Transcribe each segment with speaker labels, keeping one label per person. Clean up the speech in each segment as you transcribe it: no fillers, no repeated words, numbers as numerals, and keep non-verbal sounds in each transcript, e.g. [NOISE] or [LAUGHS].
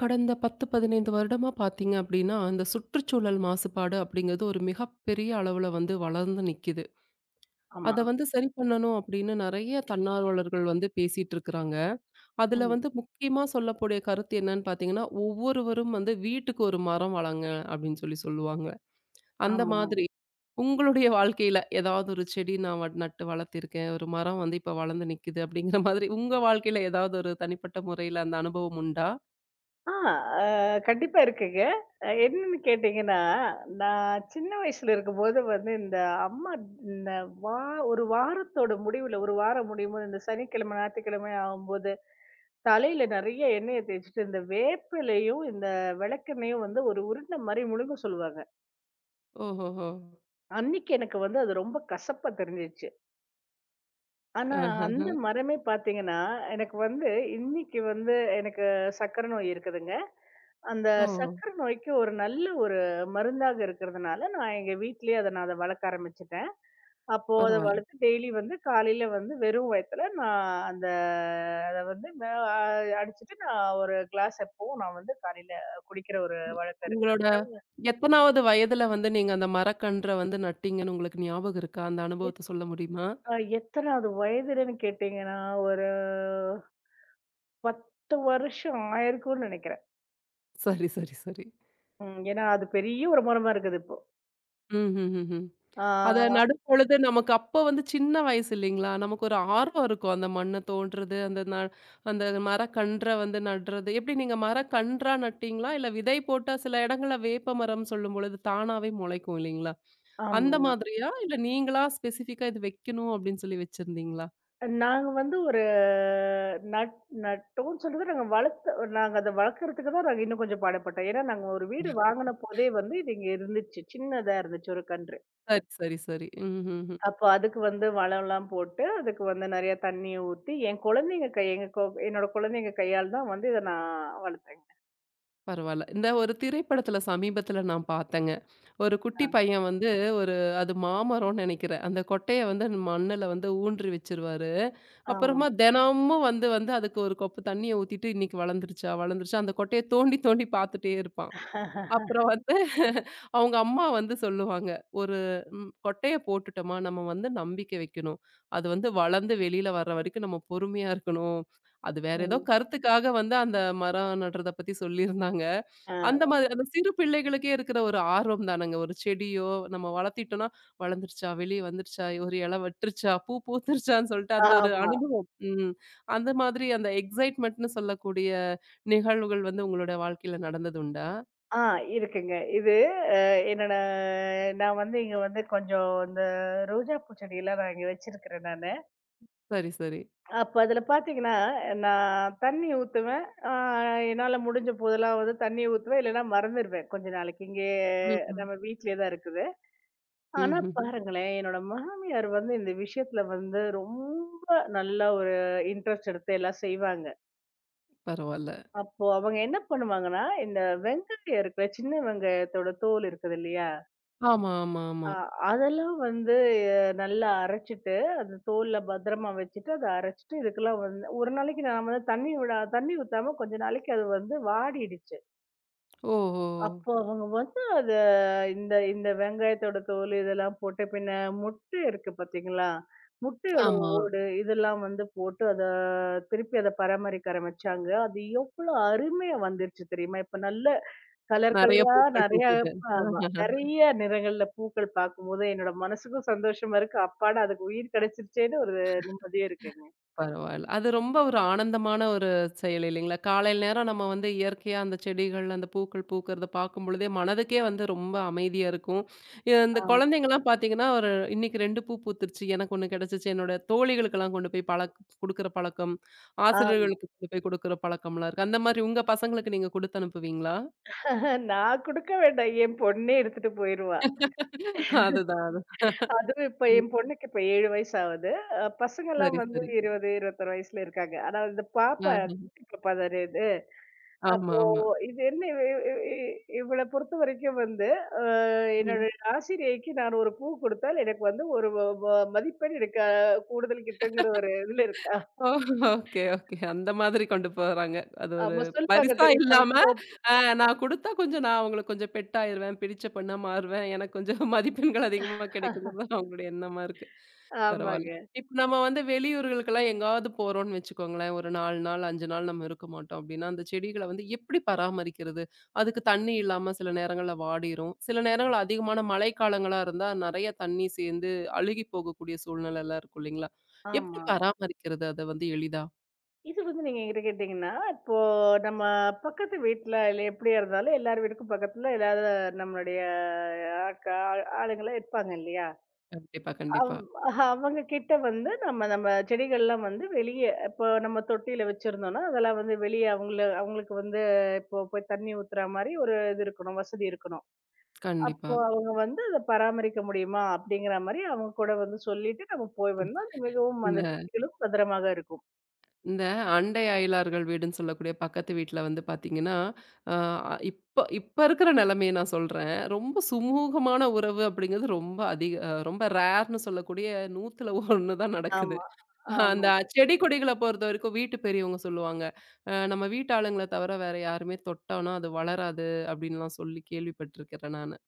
Speaker 1: கடந்த 10, 15 வருடமா பார்த்தீங்க அப்படின்னா, அந்த சுற்றுச்சூழல் மாசுபாடு அப்படிங்கிறது ஒரு மிகப்பெரிய அளவுல வந்து வளர்ந்து நிக்குது.
Speaker 2: ஆமா.
Speaker 1: அத வந்து சரி பண்ணணும் அப்படின்னு நெறைய தன்னார்வலர்கள் வந்து பேசிட்டு இருக்கிறாங்க. அதுல
Speaker 2: ம்.
Speaker 1: வந்து முக்கியமா சொல்லக்கூடிய கருத்து என்னன்னு பார்த்தீங்கன்னா, ஒவ்வொருவரும் வந்து வீட்டுக்கு ஒரு மரம் வளங்க அப்படின்னு சொல்லி சொல்லுவாங்க. அந்த
Speaker 2: ஆமா.
Speaker 1: மாதிரி உங்களுடைய வாழ்க்கையில ஏதாவது ஒரு செடி நான் நட்டு வளர்த்திருக்கேன். ஒரு மரம் வந்து இப்ப வளர்ந்து நிக்குது அப்படிங்கிற மாதிரி உங்க வாழ்க்கையில ஏதாவது ஒரு தனிப்பட்ட முறையில அந்த அனுபவம் உண்டா?
Speaker 2: ஆ அ கண்டிப்பா இருக்குங்க. என்னன்னு கேட்டீங்கன்னா, நான் சின்ன வயசுல இருக்கும்போது வந்து இந்த அம்மா இந்த வா ஒரு வாரத்தோட முடிவுல, ஒரு வாரம் முடியும்போது இந்த சனிக்கிழமை, ஞாயித்துக்கிழமை ஆகும்போது, தலையில நெறைய எண்ணெய தேய்ச்சுட்டு இந்த வேப்பிலையும், இந்த விளக்கெண்ணெயும் வந்து ஒரு உருண்டை மாரி முழுங்க சொல்லுவாங்க.
Speaker 1: ஓஹோஹோ!
Speaker 2: அன்னைக்கு எனக்கு வந்து அது ரொம்ப கசப்பா தெரிஞ்சுச்சு. ஆனா அந்த
Speaker 1: ஆஹ.
Speaker 2: மரமே பார்த்தீங்கன்னா, எனக்கு வந்து இன்னைக்கு வந்து எனக்கு சர்க்கரை நோய் இருக்குதுங்க. அந்த
Speaker 1: ஓ!
Speaker 2: சர்க்கரை நோய்க்கு ஒரு நல்ல ஒரு மருந்தாக இருக்கிறதுனால, நான் எங்க வீட்லயே அத வளர்க்க ஆரம்பிச்சுட்டேன். அப்போ அத
Speaker 1: பரவால்ல.
Speaker 2: வளர்த்து டெய்லி வந்து காலையில வந்து வெறும் வயித்துல நான் அந்த அத வந்து ம அ அடிச்சுட்டு நான் ஒரு கிளாஸ் எப்பவும் நான் வந்து காலையில குடிக்கிற ஒரு வழக்கம் இருக்கு.
Speaker 1: உங்களோட எத்தனாவது வயதுல வந்து நீங்க அந்த மரக்கன்ற வந்து நட்டீங்கன்னு உங்களுக்கு ஞாபகம் இருக்கா? அந்த
Speaker 2: எத்
Speaker 1: அனுபவத்த சொல்ல முடியுமா?
Speaker 2: எத்தனாவது வயதுலன்னு கேட்டீங்கன்னா, ஒரு 10 வருஷம் ஆயிருக்கும்னு நெனைக்கிறேன்.
Speaker 1: சரி, சரி, சரி.
Speaker 2: ம். ஏன்னா அது பெரிய ஒரு மரமா இருக்குது இப்போ.
Speaker 1: ம்ஹ்ஹ்ம். அத
Speaker 2: ஆ
Speaker 1: நடும்பொழுது நமக்கு அப்ப வந்து சின்ன வயசு இல்லைங்களா? நமக்கு ஒரு ஆர்வம் இருக்கும். அந்த மண்ண தோண்டுறது, அந்த மரக்கன்ற வந்து நடுறது. எப்படி நீங்க மரக்கன்றா நட்டீங்களா? இல்ல விதை போட்டா சில இடங்கள்ல வேப்ப மரம் சொல்லும்பொழுது தானாவே முளைக்கும் இல்லைங்களா? அந்த
Speaker 2: ஆமா.
Speaker 1: மாதிரியா? இல்ல நீங்களா ஸ்பெசிஃபிக்கா இது வைக்கணும் அப்படின்னு சொல்லி வச்சிருந்தீங்களா?
Speaker 2: நாங்க வந்து ஒரு நட் நட்டோம்ன்னு சொல்றது நாங்க அத வளர்க்கறதுக்கு தான் நாங்க இன்னும் கொஞ்சம் பாடுபட்டோம். ஏன்னா, நாங்க ஒரு வீடு வாங்குன போதே வந்து இது இங்க இருந்துச்சு. சின்னதா இருந்துச்சு ஒரு கன்று.
Speaker 1: சரி, சரி, சரி. ம்ஹ்ஹ்ம்.
Speaker 2: அப்போ அதுக்கு வந்து வளம்லாம் போட்டு, அதுக்கு வந்து நெறைய தண்ணீய ஊத்தி, என் குழந்தைங்க கை எங்க கொ என்னோட குழந்தைங்க கையால தான் வந்து இத நான் வளர்த்தேங்க.
Speaker 1: பரவால்ல. இந்த ஒரு திரைப்படத்துல சமீபத்துல நான் பார்த்தேங்க. ஒரு குட்டி
Speaker 2: ஆ,
Speaker 1: பையன் வந்து ஒரு அது மாமரம்னு நெனைக்கிறேன். அந்த கொட்டைய வந்து மண்ணுல வந்து ஊன்றி வச்சுருவாரு.
Speaker 2: ஆமா.
Speaker 1: அப்புறமா தினமும் வந்து வந்து அதுக்கு ஒரு கொப்பு தண்ணிய ஊத்திட்டு, "இன்னைக்கு வளர்ந்துருச்சா? வளர்ந்துருச்சா?" அந்த கொட்டைய தோண்டி தோண்டி பார்த்துட்டே இருப்பான். அப்புறம்
Speaker 2: [LAUGHS]
Speaker 1: வந்து [LAUGHS] அவங்க அம்மா வந்து சொல்லுவாங்க, "ஒரு கொட்டைய போட்டுட்டோமா, நம்ம வந்து நம்பிக்கை வைக்கணும். அது வந்து வளர்ந்து வெளியில வர்ற வரைக்கும் நம்ம பொறுமையா இருக்கணும்." அது வேற ஏதோ
Speaker 2: ம்.
Speaker 1: கருத்துக்காக வந்து அந்த மரம் நடுறத பத்தி சொல்லியிருந்தாங்க.
Speaker 2: ஆ,
Speaker 1: அந்த மாதிரி அந்த சிறு பிள்ளைகளுக்கே இருக்கிற ஒரு ஆர்வம் தானங்க. ஒரு செடியோ நம்ம வளர்த்திட்டோம்னா, "வளர்ந்துருச்சா, வெளிய வந்துருச்சா, ஒரு இலை விட்டுருச்சா, பூ பூத்துருச்சான்னு" சொல்லிட்டு அந்த ஒரு
Speaker 2: ஆமா.
Speaker 1: அனுபவம். ம். அந்த மாதிரி அந்த எக்ஸைட்மென்ட்ன்னு சொல்லக்கூடிய நிகழ்வுகள் வந்து உங்களோட வாழ்க்கையில நடந்தது உண்டா?
Speaker 2: ஆ இருக்குங்க. இது என்னோட நான் வந்து இங்க வந்து கொஞ்சம் இந்த ரோஜா பூ செடியெல்லாம் நான் இங்க வச்சிருக்கிறேன் நானு.
Speaker 1: சரி, சரி.
Speaker 2: அப்ப அதில பார்த்தீங்கன்னா, நான் தண்ணி ஊத்துவேன். ஆ என்னால முடிஞ்ச போதெல்லாம் வந்து தண்ணி ஊத்துவேன். இல்லன்னா மறந்துருவேன். கொஞ்ச நாளைக்கு. இங்கே
Speaker 1: ம்ஹ்ம்.
Speaker 2: நம்ம வீட்லயே தான் இருக்குது. ஆனா
Speaker 1: ம்ஹ்ஹ்ம்.
Speaker 2: பாருங்களேன், என்னோட மாமியார் வந்து இந்த விஷயத்துல வந்து ரொம்ப நல்லா ஒரு இன்ட்ரெஸ்ட் எடுத்து எல்லாம் செய்வாங்க.
Speaker 1: பரவால்ல.
Speaker 2: அப்போ அவங்க என்ன பண்ணுவாங்கன்னா, இந்த வெங்காயம் இருக்குல்ல, சின்ன வெங்காயத்தோட தோல் இருக்குது இல்லையா?
Speaker 1: ஆமா, ஆமா,
Speaker 2: அ
Speaker 1: ஆமா.
Speaker 2: அதெல்லாம் வந்து நல்லா அரைச்சுட்டு, அந்த தோல்ல பத்திரமா வச்சுட்டு, அத அரைச்சுட்டு இதுக்கெல்லாம் வந்து ஒரு நாளைக்கு நாம வந்து தண்ணி ஊத்தாம கொஞ்ச நாளைக்கு அது வந்து வாடிடுச்சு.
Speaker 1: ஓஹோ!
Speaker 2: அப்போ அவங்க வந்து அத இந்த இந்த வெங்காயத்தோட தோல் இதெல்லாம் போட்டு, பின்ன முட்டை இருக்கு பார்த்தீங்களா? முட்டையோட
Speaker 1: ஆமா.
Speaker 2: ஓடு இதெல்லாம் வந்து போட்டு அத திருப்பி அத பராமரிக்க ஆரம்பிச்சாங்க. அது எவ்வளோ அருமையா வந்துருச்சு தெரியுமா? இப்ப நல்ல கலர்
Speaker 1: நெறைய
Speaker 2: கலரா
Speaker 1: பூக்கள்
Speaker 2: நெறைய
Speaker 1: பூக்குது.
Speaker 2: ஆமா.
Speaker 1: [LAUGHS]
Speaker 2: நெறைய நிறங்கள்ல பூக்கள் பார்க்கும்போது, என்னோட மனசுக்கும் சந்தோஷமா இருக்கு. அப்பாடா! அதுக்கு உயிர் கிடைச்சிருச்சேன்னு ஒரு நிம்மதியும் இருக்குங்க.
Speaker 1: பரவால்ல. அது ரொம்ப ஒரு ஆனந்தமான ஒரு செயல் இல்லைங்களா? காலையில நேரம் நம்ம வந்து இயற்கையா அந்த செடிகள், அந்த பூக்கள் பூக்கிறத பார்க்கும் பொழுதே மனதுக்கே வந்து ரொம்ப அமைதியா இருக்கும். இந்த
Speaker 2: ஆமா,
Speaker 1: குழந்தைங்கலாம் பார்த்தீங்கன்னா, ஒரு இன்னைக்கு 2 பூ பூத்துருச்சு, எனக்கு 1 கிடைச்சுச்சு. என்னோட தோழிகளுக்கெல்லாம் கொண்டு போய் குடுக்குற பழக்கம்,
Speaker 2: ஆமா.
Speaker 1: ஆசிரியர்களுக்கு கொண்டு போய் குடுக்குற பழக்கம்லாம் இருக்கு. அந்த மாரி உங்க பசங்களுக்கு நீங்க குடுத்து அனுப்புவீங்களா?
Speaker 2: [LAUGHS] நான் குடுக்க வேண்டாம். என் பொண்ணே எடுத்துட்டு போயிருவா.
Speaker 1: [LAUGHS] அதுதான்.
Speaker 2: அதுவும் இப்ப என் பொண்ணுக்கு இப்ப 7 வயசு ஆகுது. பசங்கலாம்
Speaker 1: சரி,
Speaker 2: வந்து
Speaker 1: சரி.
Speaker 2: 20, 21 வயசுல இருக்காங்க. ஆனா இந்த பாப்பா
Speaker 1: ஆஹ.
Speaker 2: குட்டி பாப்பா தானே
Speaker 1: ஆமா,
Speaker 2: அப்போ
Speaker 1: ஆமா.
Speaker 2: இது என்ன இ இ இ இவள பொறுத்தவரைக்கும் வந்து, அ
Speaker 1: ம்.
Speaker 2: என்னுடைய ஆசிரியைக்கு நான் ஒரு பூ குடுத்தால், எனக்கு வந்து ஒரு வ வ மதிப்பெண் எனக்கு கூடுதல் கிட்டுங்கிற ஒரு இதுல இருக்கா.
Speaker 1: ஓ! Okay, okay. அந்த மாதிரி கொண்டு போறாங்க. அது ஒரு
Speaker 2: ஆமா சொல்லுவாங்க
Speaker 1: பரிசா
Speaker 2: தெரியுமா?
Speaker 1: இல்லாம, அ நான் குடுத்தா கொஞ்சம் நான் அவங்களுக்கு கொஞ்சம் பெட் ஆயிருவேன், பிடிச்ச பொண்ணா மாறுவேன். எனக்கு கொஞ்சம் [LAUGHS] மதிப்பெண்கள் அதிகமா கிடைக்குங்கிறது தான் அவங்களுடைய எண்ணமா இருக்கு. பரவால்ல.
Speaker 2: ஆமாங்க.
Speaker 1: இப்ப நம்ம வந்து வெளியூர்களுக்கெல்லாம் எங்காவது போறோம்னு வச்சுக்கோங்களேன், ஒரு 4 நாள், 5 நாள் நம்ம இருக்க மாட்டோம் அப்டின்னா, அந்த செடிகள வந்து எப்டி பராமரிக்கிறது? அதுக்கு தண்ணி இல்லாம சில நேரங்கள்ல வாடிரும். சில நேரங்கள்ல அதிகமான மழைக்காலங்களா இருந்தா, நெறைய தண்ணி சேர்ந்து அழுகி போகக்கூடிய சூழ்நிலைலாம் இருக்கும் இல்லைங்களா? எப்படி
Speaker 2: ஆமா.
Speaker 1: பராமரிக்கிறது அத வந்து எளிதா?
Speaker 2: இது வந்து நீங்க என்கிட்ட கேட்டீங்கன்னா, இப்போ நம்ம பக்கத்து வீட்ல இல்ல எப்படியா இருந்தாலும் எல்லார் வீட்டுக்கும் பக்கத்துல எல்லா நம்மளுடைய ஆட்க ஆளுங்கலாம் இருப்பாங்க இல்லையா?
Speaker 1: கண்டிப்பா,
Speaker 2: அவ்
Speaker 1: கண்டிப்பா.
Speaker 2: அவங்க கிட்ட வந்து நம்ம நம்ம செடிகள்லாம் வந்து வெளிய இப்போ நம்ம தொட்டியில வச்சிருந்தோம்னா, அதெல்லாம் வந்து வெளிய அவங்களுக்கு வந்து இப்போ போய் தண்ணி ஊத்துற மாரி ஒரு இது இருக்கணும், வசதி இருக்கணும்.
Speaker 1: கண்டிப்பா.
Speaker 2: அப்போ அவங்க வந்து அத பராமரிக்க முடியுமா? அப்படிங்கிற மாரி அவங்க கூட வந்து சொல்லிட்டு நம்ம போய் வந்தா, அது மிகவும்
Speaker 1: இந்த
Speaker 2: அந்த செடிகளும் பத்திரமாக இருக்கும்.
Speaker 1: இந்த அண்டை அயலார்கள் வீடுன்னு சொல்லக்கூடிய பக்கத்து வீட்ல வந்து பார்த்தீங்கன்னா, அ இப்ப இப்ப இருக்கிற நிலைமைய நான் சொல்றேன். ரொம்ப சுமூகமான உறவு அப்படிங்கிறது ரொம்ப அதிக ரொம்ப ரேர்ன்னு சொல்லக்கூடிய 100ல 1 தான் நடக்குது.
Speaker 2: ஆமா.
Speaker 1: அந்த
Speaker 2: ஆமா.
Speaker 1: செடி கொடிகள பொறுத்தவரைக்கும் வீட்டு பெரியவங்க சொல்லுவாங்க. நம்ம வீட்டாளுங்கள தவிர வேற யாருமே தொட்டோம்னா, அது வளராது அப்படின்லாம் சொல்லி கேள்விப்பட்டிருக்கிறேன் நானு.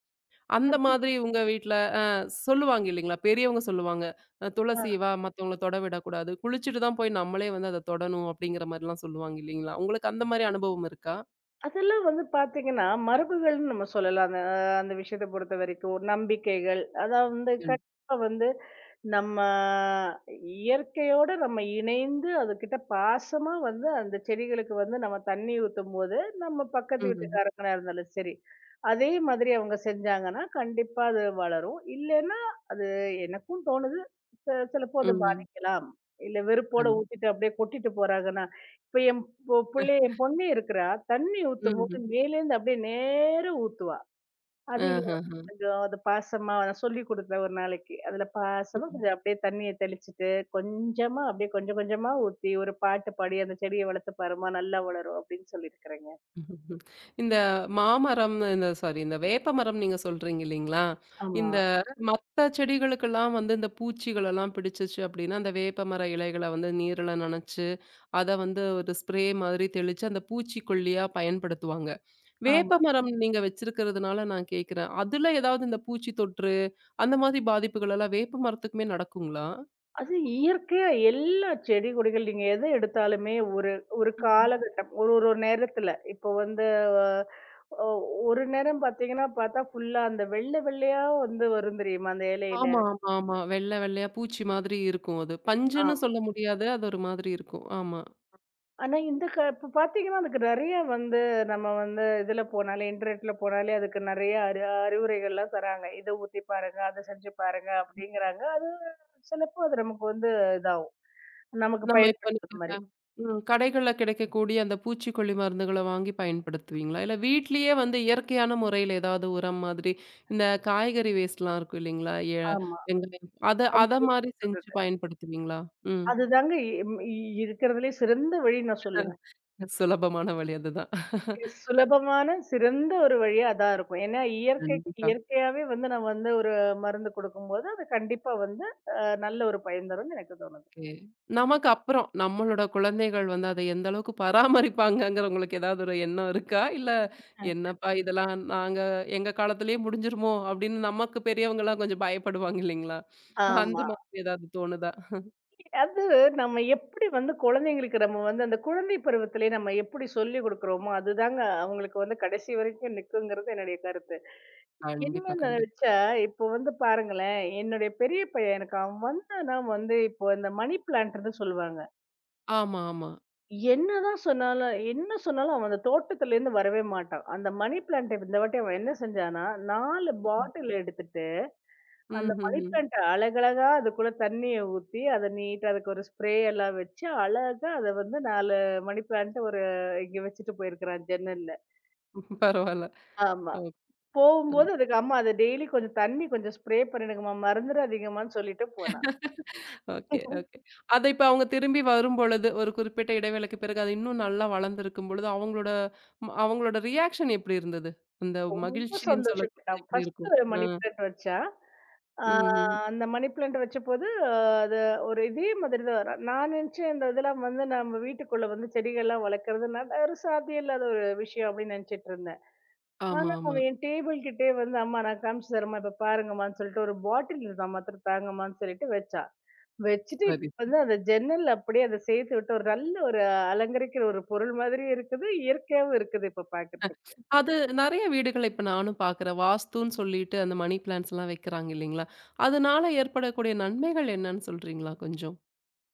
Speaker 1: அந்த
Speaker 2: அது
Speaker 1: மாதிரி உங்க வீட்ல அ சொல்லுவாங்க இல்லைங்களா? பெரியவங்க சொல்லுவாங்க. "துளசி வா மத்தவங்கள தொட விடக்கூடாது. குளிச்சுட்டு தான் போய் நம்மளே வந்து அத தொடணும்." அப்படிங்கிற மாரிலாம் சொல்லுவாங்க இல்லைங்களா? உங்களுக்கு அந்த மாரி அனுபவம் இருக்கா?
Speaker 2: அதெல்லாம் வந்து பார்த்தீங்கன்னா, மரபுகள்ன்னு நம்ம சொல்லலாம். அந்த விஷயத்த பொறுத்தவரைக்கும். நம்பிக்கைகள், அதாவது வந்து
Speaker 1: கண்
Speaker 2: கண்டிப்பா வந்து நம்ம இயற்கையோட நம்ம இணைந்து அதுகிட்ட பாசமா வந்து அந்த செடிகளுக்கு வந்து நம்ம தண்ணி ஊத்தும்போது, நம்ம பக்கத்து
Speaker 1: ம்.
Speaker 2: வீட்டுக்காரங்களா இருந்தாலும் சரி, அதே மாதிரி அவங்க செஞ்சாங்கன்னா, கண்டிப்பா அது வளரும். இல்லைன்னா, அது எனக்கும் தோணுது, சிலப்போ அது
Speaker 1: ம்.
Speaker 2: பாதிக்கலாம். இல்ல வெறுப்போட
Speaker 1: கண்
Speaker 2: ஊத்திட்டு அப்படியே கொட்டிட்டு போறாங்கன்னா, இப்ப என் இப்போ புள்ளை என் பொண்ணு இருக்கிறா. தண்ணி ஊத்தும்போது
Speaker 1: ம்.
Speaker 2: மேலேருந்து அப்படியே நேரா ஊத்துவா. அது இல்லாம
Speaker 1: அஹஹ.
Speaker 2: கொஞ்சம் அது பாசமா நான் சொல்லிக் குடுத்தேன் ஒரு நாளைக்கு. அதுல பாசமா
Speaker 1: ம்.
Speaker 2: கொஞ்சம் அப்படியே தண்ணிய தெளிச்சுட்டு, கொஞ்சமா அப்படியே கொஞ்சம் கொஞ்சமா ஊத்தி, ஒரு பாட்டு பாடி, "அந்த செடிய வளர்த்து பாரும்மா, நல்லா வளரும்" அப்படின்னு சொல்லியிருக்கிறேங்க.
Speaker 1: ம்ஹும். இந்த மாமரம் இந்த சாரி இந்த வேப்ப மரம் நீங்க சொல்றீங்க இல்லைங்களா?
Speaker 2: ஆமா.
Speaker 1: இந்த மத்த செடிகளுக்கெல்லாம் வந்து இந்த பூச்சிகள் எல்லாம் பிடிச்சுச்சு அப்படின்னா, அந்த வேப்ப மர இலைகள வந்து நீருல நனைச்சு அத வந்து ஒரு ஸ்ப்ரே மாதிரி தெளிச்சு, அந்த பூச்சிக்கொல்லியா பயன்படுத்துவாங்க.
Speaker 2: ஆமா.
Speaker 1: வேப்பமரம் நீங்க வச்சிருக்கிறதுனால நான் கேட்கிறேன். அதுல ஏதாவது இந்த பூச்சி தொற்று, அந்த மாதிரி பாதிப்புகள் எல்லாம் வேப்ப மரத்துக்குமே நடக்குங்களா?
Speaker 2: அது இயற்கையா எல்லா செடி கொடிகள் நீங்க எத எடுத்தாலுமே ஒரு ஒரு
Speaker 1: ம்ஹ்ம்.
Speaker 2: காலகட்டம் ஒரு ஒரு ஒரு நேரத்துல இப்போ வந்து அஹ், அஹ், ஒரு நேரம் பாத்தீங்கன்னா பார்த்தா ஃபுல்லா அந்த வெள்ளை வெள்ளையா வந்து வரும் தெரியுமா அந்த இலையில
Speaker 1: ஆமா, ஆமா, ஆமா. வெள்ள வெள்ளையா பூச்சி மாதிரி இருக்கும் அது. பஞ்சுன்னு
Speaker 2: ஆமா.
Speaker 1: சொல்ல முடியாது. அது ஒரு மாதிரி இருக்கும். ஆமா.
Speaker 2: ஆனா இந்த இப்ப பாத்தீங்கன்னா அதுக்கு நிறைய வந்து நம்ம வந்து இதுல போனாலே இன்டர்நெட்ல போனாலே அதுக்கு நிறைய அறிவுரைகள்லாம் தராங்க, இதை ஊத்தி பாருங்க, அதை செஞ்சு பாருங்க அப்படிங்கிறாங்க. அது சிலப்போ அது நமக்கு வந்து இதாகும் நமக்கு
Speaker 1: நம்ம இப்ப
Speaker 2: பயன்படுத்துற
Speaker 1: நீங்க
Speaker 2: மாதிரி
Speaker 1: ம். கடைகள்ல கிடைக்கக்கூடிய அந்த பூச்சிக்கொல்லி மருந்துகள வாங்கி பயன்படுத்துவீங்களா? இல்ல வீட்லயே வந்து இயற்கையான முறையில ஏதாவது உரம் மாதிரி, இந்த காய்கறி வேஸ்ட்லாம் இருக்கும் இல்லைங்களா? எ
Speaker 2: ஆமா.
Speaker 1: வெங்காயம் அத அத மாரி செஞ்சு பயன்படுத்துவீங்களா? ம்.
Speaker 2: அதுதாங்க இருக்கிறதுலே சிறந்த வழி நான் சொல்லுவேன்.
Speaker 1: சுலபமான வழி அதுதான்.
Speaker 2: சுலபமான சிறந்த ஒரு வழியா அதான் இருக்கும். ஏன்னா இயற்கைக்கு
Speaker 1: கண்டிப்பா.
Speaker 2: இயற்கையாவே வந்து நம்ம வந்து ஒரு மருந்து குடுக்கும்போது, அது கண்டிப்பா வந்து நல்ல ஒரு பயன் தரும்னு எனக்கு தோணுது.
Speaker 1: ஓகே. நமக்கு அப்புறம், நம்மளோட குழந்தைகள் வந்து அத எந்த அளவுக்கு பராமரிப்பாங்கங்கிற உங்களுக்கு ஏதாவது ஒரு எண்ணம் இருக்கா? இல்ல
Speaker 2: அ.
Speaker 1: என்னப்பா இதெல்லாம் நாங்க எங்க காலத்திலேயே முடிஞ்சிருமோ! அப்படின்னு நமக்கு பெரியவங்கலாம் கொஞ்சம் பயப்படுவாங்க இல்லைங்களா? அந்த
Speaker 2: ஆமா.
Speaker 1: மாதிரி ஏதாவது தோணுதா?
Speaker 2: அது நம்ம எப்படி வந்து குழந்தைங்களுக்கு நம்ம வந்து அந்த குழந்தை பருவத்திலே நம்ம எப்படி சொல்லிக் குடுக்குறோமோ, அதுதாங்க அவங்களுக்கு வந்து கடைசி வரைக்கும் நிக்குங்கிறது என்னுடைய கருத்து. என்ன
Speaker 1: கண்டிப்பா, கண்டிப்பா.
Speaker 2: நினைச்சா, இப்போ வந்து பாருங்களேன், என்னுடைய பெரிய பையன் எனக்கு அவன் வந்தான்னா வந்து இப்போ இந்த மணி பிளான்ட்ன்னு சொல்லுவாங்க.
Speaker 1: ஆமா, ஆமா.
Speaker 2: என்னதான் சொன்னாலும் என்ன சொன்னாலும் அவன் அந்த தோட்டத்திலேருந்து வரவே மாட்டான். அந்த மணி பிளான்ட்ட இந்த வாட்டி அவன் என்ன செஞ்சான்னா, 4 பாட்டில் எடுத்துட்டு அந்த மணி
Speaker 1: ம்ஹ்ஹ்ம்.
Speaker 2: பிளான்ட் அழகழகா அதுக்குள்ள தண்ணிய ஊத்தி, அத நீட்டா அதுக்கு ஒரு ஸ்ப்ரே எல்லாம் வச்சு, அழகா அத வந்து 4 மணி பிளான்ட் ஒரு இங்க வச்சுட்டு போயிருக்கிறான் ஜன்னல்ல.
Speaker 1: பரவால்ல.
Speaker 2: ஆமா.
Speaker 1: ஓகே,
Speaker 2: போகும்போது அதுக்கு அம்மா அத டெய்லி கொஞ்சம் தண்ணி கொஞ்சம் ஸ்ப்ரே பண்ணிடுங்கம்மா, மறந்துறாதீங்கம்மான்னு சொல்லிட்டு போனா.
Speaker 1: Okay, okay.
Speaker 2: [LAUGHS]
Speaker 1: அத இப்ப அவங்க திரும்பி வரும்பொழுது, ஒரு குறிப்பிட்ட இடைவேளைக்கு பிறகு அது இன்னும் நல்லா வளர்ந்திருக்கும் பொழுது, அவங்களோட அவங்களோட ரியாக்ஷன் எப்படி இருந்தது? அந்த
Speaker 2: ரொம்ப
Speaker 1: மகிழ்ச்சின்னு சொல்லக்கூடிய
Speaker 2: சந்தோஷப்பட்டான்.
Speaker 1: எப்படி இருக்கும்?
Speaker 2: ஃபர்ஸ்ட்டு ஒரு
Speaker 1: ஆ.
Speaker 2: மணி பிளான்ட் வச்சா. ஆ
Speaker 1: ம்ஹ்ம்.
Speaker 2: அந்த மணி பிளான்ட் வச்சபோது, அது ஒரு இதே மாதிரி தான் வரும். நான் நினைச்சேன் இந்த இதெல்லாம் வந்து நம்ம வீட்டுக்குள்ள வந்து செடிகள்லாம் வளர்க்கறது ஒரு சாத்தியம் இல்லாத ஒரு விஷயம் அப்படின்னு நினைச்சிட்டு இருந்தேன்.
Speaker 1: ஆமா,
Speaker 2: ஆனா,
Speaker 1: ஆமா.
Speaker 2: அவன் என் டேபிள் கிட்டயே வந்து, "அம்மா நான் காமிச்சு தரேம்மா, இப்ப பாருங்கம்மான்னு" சொல்லிட்டு ஒரு பாட்டில் இருந்தான், மாத்திரம் தாங்கம்மான்னு சொல்லிட்டு வச்சா. வச்சுட்டு இப்ப
Speaker 1: சரி.
Speaker 2: வந்து அந்த ஜன்னல்ல அப்படியே அத சேர்த்து விட்டு ஒரு நல்ல ஒரு அலங்கரிக்கிற ஒரு பொருள் மாதிரியும் இருக்குது, இயற்கையாவும் இருக்குது இப்ப
Speaker 1: அ
Speaker 2: பார்க்கறதுக்கு.
Speaker 1: அது நெறைய வீடுகள் இப்ப நானும் பார்க்குறேன். வாஸ்துன்னு சொல்லிட்டு அந்த மணி பிளான்ட்ஸ்லாம் வைக்கிறாங்க இல்லைங்களா? அதனால ஏற்படக்கூடிய நன்மைகள் என்னன்னு சொல்றீங்களா கொஞ்சம்?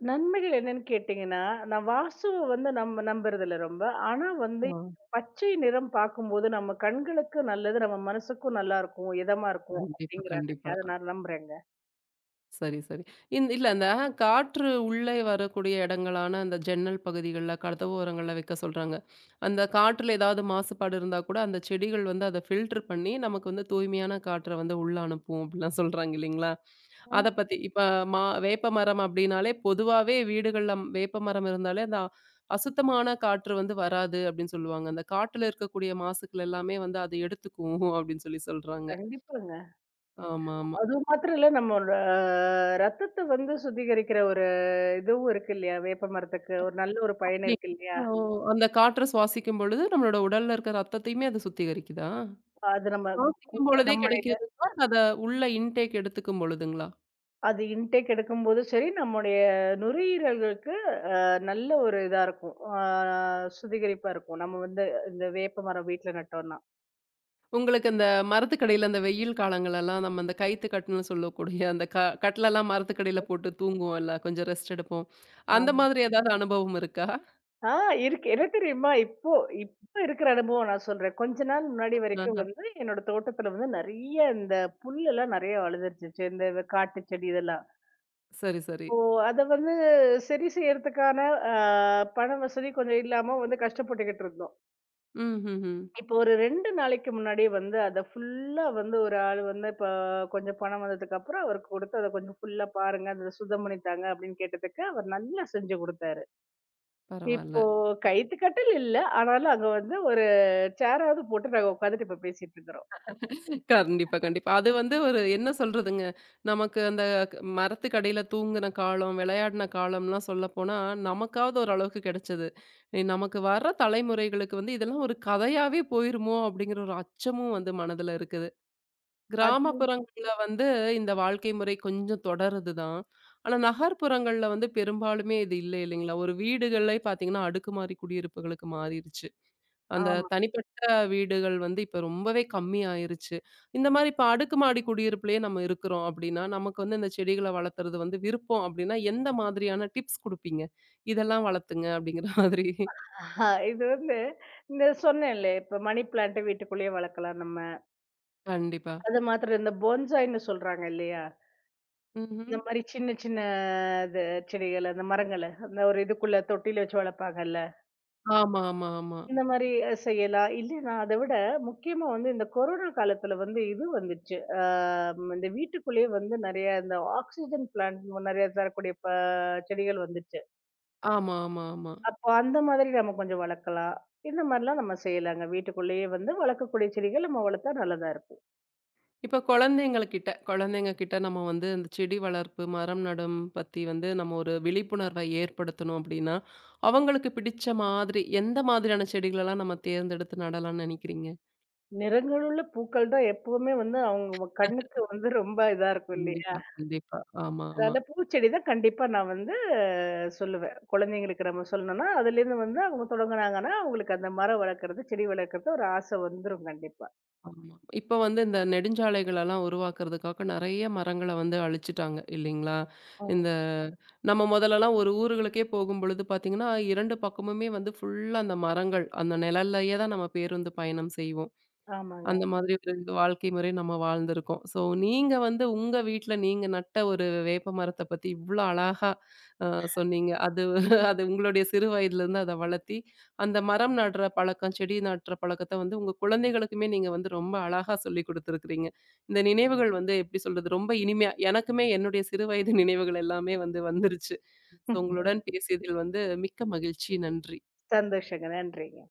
Speaker 2: நன்மைகள் என்னன்னு கேட்டீங்கன்னா, நான் வாசுவ வந்து நம்ம நம்புறதில்ல ரொம்ப. ஆனா வந்து
Speaker 1: ஆ.
Speaker 2: பச்சை நிறம் பார்க்கும்போது நம்ம கண்களுக்கு நல்லது, நம்ம மனசுக்கும் நல்லா இருக்கும், இதமா இருக்கும்
Speaker 1: கண்டிப்பா,
Speaker 2: அப்படிங்கிறாங்க.
Speaker 1: கண்டிப்பா.
Speaker 2: அத நான் நம்புறேங்க.
Speaker 1: சரி, சரி. இல்ல அந்த காற்று உள்ளே வரக்கூடிய இடங்களான அந்த ஜன்னல் பகுதிகள்ல, கதவு ஓரங்கள்ல வைக்க சொல்றாங்க. அந்த காற்றுல ஏதாவது மாசுபாடு இருந்தா கூட அந்த செடிகள் வந்து அத ஃபில்டர் பண்ணி, நமக்கு வந்து தூய்மையான காற்ற வந்து உள்ள அனுப்பும் அப்படிலாம் சொல்றாங்க இல்லைங்களா? அத
Speaker 2: ஆ,
Speaker 1: பத்தி. இப்ப வேப்பமரம் அப்டின்னாலே பொதுவாவே வீடுகள்ல வேப்பமரம் இருந்தாலே அந்த அசுத்தமான காற்று வந்து வராது அப்டின்னு சொல்லுவாங்க. அந்த காட்டுல இருக்கக்கூடிய மாசுக்கள் எல்லாமே வந்து அது எடுத்துக்கும் [LAUGHS] அப்டின்னு சொல்லி சொல்றாங்க.
Speaker 2: கண்டிப்பாங்க.
Speaker 1: ஆமா, ஆமா.
Speaker 2: அது மாத்திரம் இல்ல நம்மோட ரத்தத்த வந்து சுத்திகரிக்கிற ஒரு இதுவும் இருக்கு இல்லையா? வேப்ப மரத்துக்கு ஒரு நல்ல ஒரு பயன்
Speaker 1: அப்டி
Speaker 2: இருக்கு இல்லையா?
Speaker 1: ஓ! அந்த காற்ற சுவாசிக்கும் பொழுது நம்மளோட உடல்ல இருக்க ரத்தத்தையுமே அது சுத்திகரிக்குதா?
Speaker 2: அது நம்ம
Speaker 1: சுவாசிக்கும் பொழுதே
Speaker 2: நம்முடைய
Speaker 1: கிடைக்குதுங்களா? அத உள்ள இன்டேக் எடுத்துக்கும் பொழுதுங்களா?
Speaker 2: அது இன்டேக் எடுக்கும்போது சரி, நம்முடைய நுரையீரல்களுக்கு நல்ல ஒரு இதா இருக்கும். சுத்திகரிப்பா இருக்கும். நம்ம வந்து இந்த வேப்ப மரம் வீட்ல நட்டோம்னா.
Speaker 1: உங்களுக்கு அந்த மரத்துக்கடியில அந்த வெயில் காலங்களெல்லாம் நம்ம அந்த கயித்து கட்டுன்னு சொல்லக்கூடிய அந்த க கட்டிலெல்லாம் மரத்துக்கடியில போட்டு தூங்குவோம்ல, கொஞ்சம் ரெஸ்ட் எடுப்போம். அந்த
Speaker 2: ஆமா.
Speaker 1: மாதிரி ஏதாவது அனுபவம் இருக்கா?
Speaker 2: ஆ இருக்கு. என்ன தெரியுமா? இப்போ இப்போ இருக்கிற அனுபவம் நான் சொல்றேன். கொஞ்ச நாள் முன்னாடி வரைக்கும்
Speaker 1: ஆஹ.
Speaker 2: வந்து என்னோட தோட்டத்துல வந்து நெறைய இந்த புல்லெல்லாம் நெறைய வளர்ந்துருச்சு. இந்த காட்டு செடி இதெல்லாம்.
Speaker 1: சரி, சரி.
Speaker 2: அத வந்து சரி செய்யறதுக்கான அ பண வசதி கொஞ்சம் இல்லாம வந்து கஷ்டப்பட்டுக்கிட்டு இருந்தோம்.
Speaker 1: ம்ஹ்ஹ்ம்.
Speaker 2: இப்போ ஒரு 2 நாளைக்கு முன்னாடி வந்து அத ஃபுல்லா வந்து ஒரு ஆள் வந்து இப்ப கொஞ்சம் பணம் வந்ததுக்கப்புறம் அவருக்கு கொடுத்து அத கொஞ்சம் ஃபுல்லா பாருங்க. அத சுத்தம் பண்ணித்தாங்க அப்படின்னு கேட்டதுக்கு அவர் நல்லா செஞ்சு குடுத்தாரு. இப்போ
Speaker 1: பரவால்ல.
Speaker 2: கைத்து கட்டில் இல்ல. ஆனாலும் அங்க வந்து ஒரு சேராவது போட்டு நாங்க உட்காந்துட்டு இப்ப பேசிட்டு இருக்கிறோம்.
Speaker 1: கண்டிப்பா, கண்டிப்பா. அது வந்து ஒரு என்ன சொல்றதுங்க, நமக்கு அந்த க மரத்துக்கடியில தூங்குன காலம், விளையாடின காலம்லாம் சொல்லப்போனா, நமக்காவது ஓரளவுக்கு கிடைச்சது. நமக்கு வர்ற தலைமுறைகளுக்கு வந்து இதெல்லாம் ஒரு கதையாவே போயிருமோ! அப்படிங்கிற ஒரு அச்சமும் வந்து மனதில இருக்குது.
Speaker 2: அது
Speaker 1: கிராமப்புறங்கள்ல வந்து இந்த வாழ்க்கை முறை கொஞ்சம் தொடருது தான். ஆனா நகர்ப்புறங்கள்ல வந்து பெரும்பாலுமே இது இல்ல இல்லைங்களா? ஒரு வீடுகள்லே பார்த்தீங்கன்னா, அடுக்குமாடி குடியிருப்புகளுக்கு மாறிருச்சு. அந்த
Speaker 2: ஆமா.
Speaker 1: தனிப்பட்ட வீடுகள் வந்து இப்ப ரொம்பவே கம்மி ஆயிருச்சு. இந்த மாரி இப்ப அடுக்குமாடி குடியிருப்புலயே நம்ம இருக்கிறோம் அப்டின்னா, நமக்கு வந்து இந்த செடிகள வளர்த்துறது வந்து விருப்பம் அப்டின்னா, எந்த மாதிரியான டிப்ஸ் குடுப்பீங்க? இதெல்லாம் வளர்த்துங்க அப்டிங்கிற மாதிரி.
Speaker 2: இது வந்து இந்த சொன்னேன்ல, இப்ப மணி பிளான்ட் வீட்டுக்குள்ளேயே வளர்க்கலாம் நம்ம.
Speaker 1: கண்டிப்பா.
Speaker 2: அது மாத்திரம் இந்த போன்சாய்ன்னு சொல்றாங்க இல்லையா?
Speaker 1: ம்ஹ்ம்.
Speaker 2: இந்த மாரி சின்ன சின்ன இது செடிகள், அந்த மரங்கள, அந்த ஒரு இதுக்குள்ள தொட்டில வச்சு வளர்ப்பாங்கல்ல.
Speaker 1: ஆமா, ஆமா, ஆமா.
Speaker 2: இந்த மாரி செய்யலாம். இல்லைன்னா அத விட முக்கியமா வந்து இந்த கொரோனா காலத்துல வந்து இது வந்துச்சு. இந்த வீட்டுக்குள்ளேயே வந்து நெறைய இந்த ஆக்ஸிஜன் பிளான்ட் நெறைய தரக்கூடிய செடிகள் வந்துச்சு.
Speaker 1: ஆமா, ஆமா, ஆமா.
Speaker 2: அப்போ அந்த மாதிரி நம்ம கொஞ்சம் வளர்க்கலாம். இந்த மாரிலாம் நம்ம செய்யலாங்க. வீட்டுக்குள்ளேயே வந்து வளர்க்கக்கூடிய செடிகள் நம்ம வளர்த்தா நல்லதா இருக்கும்.
Speaker 1: இப்ப குழந்தைங்கள்கிட்ட குழந்தைங்ககிட்ட நம்ம வந்து இந்த செடி வளர்ப்பு, மரம் நடும் பத்தி வந்து நம்ம ஒரு விழிப்புணர்வை ஏற்படுத்தணும் அப்படின்னா, அவங்களுக்கு பிடிச்ச மாதிரி எந்த மாதிரியான செடிகளெல்லாம் நம்ம தேர்ந்தெடுத்து நடலாம்ன்னு நினைக்கிறீங்க?
Speaker 2: நிறங்களுள்ள பூக்கள் தான் எப்பவுமே வந்து அவங்க கண்ணுக்கு வந்து ரொம்ப இதா இருக்கும் இல்லையா?
Speaker 1: கண்டிப்பா, கண்டிப்பா. ஆமா, ஆமா,
Speaker 2: அந்த பூச்செடி தான் கண்டிப்பா நான் வந்து சொல்லுவேன். குழந்தைங்களுக்கு நம்ம சொல்லணும்னா, அதுலேருந்து வந்து அவங்க தொடங்குனாங்கன்னா, அவங்களுக்கு அந்த மரம் வளர்க்கறது, செடி வளர்க்கறது ஒரு ஆசை வந்துரும் கண்டிப்பா.
Speaker 1: ஆமா. இப்ப வந்து இந்த நெடுஞ்சாலைகளெல்லாம் உருவாக்குறதுக்காக நெறைய மரங்கள வந்து அழிச்சுட்டாங்க இல்லைங்களா?
Speaker 2: ஓ!
Speaker 1: இந்த நம்ம முதல்லலாம் ஒரு ஊர்களுக்கே போகும்பொழுது பார்த்தீங்கன்னா, 2 பக்கமுமே வந்து ஃபுல்லா அந்த மரங்கள். அந்த நிழல்லயே தான் நம்ம பேருந்து பயணம் செய்வோம்.
Speaker 2: ஆமாங்க.
Speaker 1: அந்த மாதிரி ஒரு வாழ்க்கை முறை நம்ம வாழ்ந்திருக்கோம். ஸோ நீங்க வந்து உங்க வீட்ல நீங்க நட்ட ஒரு வேப்ப மரத்த பத்தி இவ்ளோ அழகா அ சொன்னீங்க. அது அது உங்களுடைய சிறு வயதிலேருந்து அத வளர்த்தி, அந்த மரம் நடுற பழக்கம், செடி நடுற பழக்கத்த வந்து உங்க குழந்தைகளுக்குமே நீங்க வந்து ரொம்ப அழகா சொல்லிக் குடுத்துருக்கிறீங்க. இந்த நினைவுகள் வந்து எப்படி சொல்றது? ரொம்ப இனிமையா எனக்குமே என்னுடைய சிறு வயது நினைவுகள் எல்லாமே வந்து வந்துருச்சு.
Speaker 2: [LAUGHS]
Speaker 1: ஸோ
Speaker 2: ம்.
Speaker 1: உங்களுடன் பேசியதில் வந்து மிக்க மகிழ்ச்சி. நன்றி.
Speaker 2: சந்தோஷங்க. நன்றிங்க.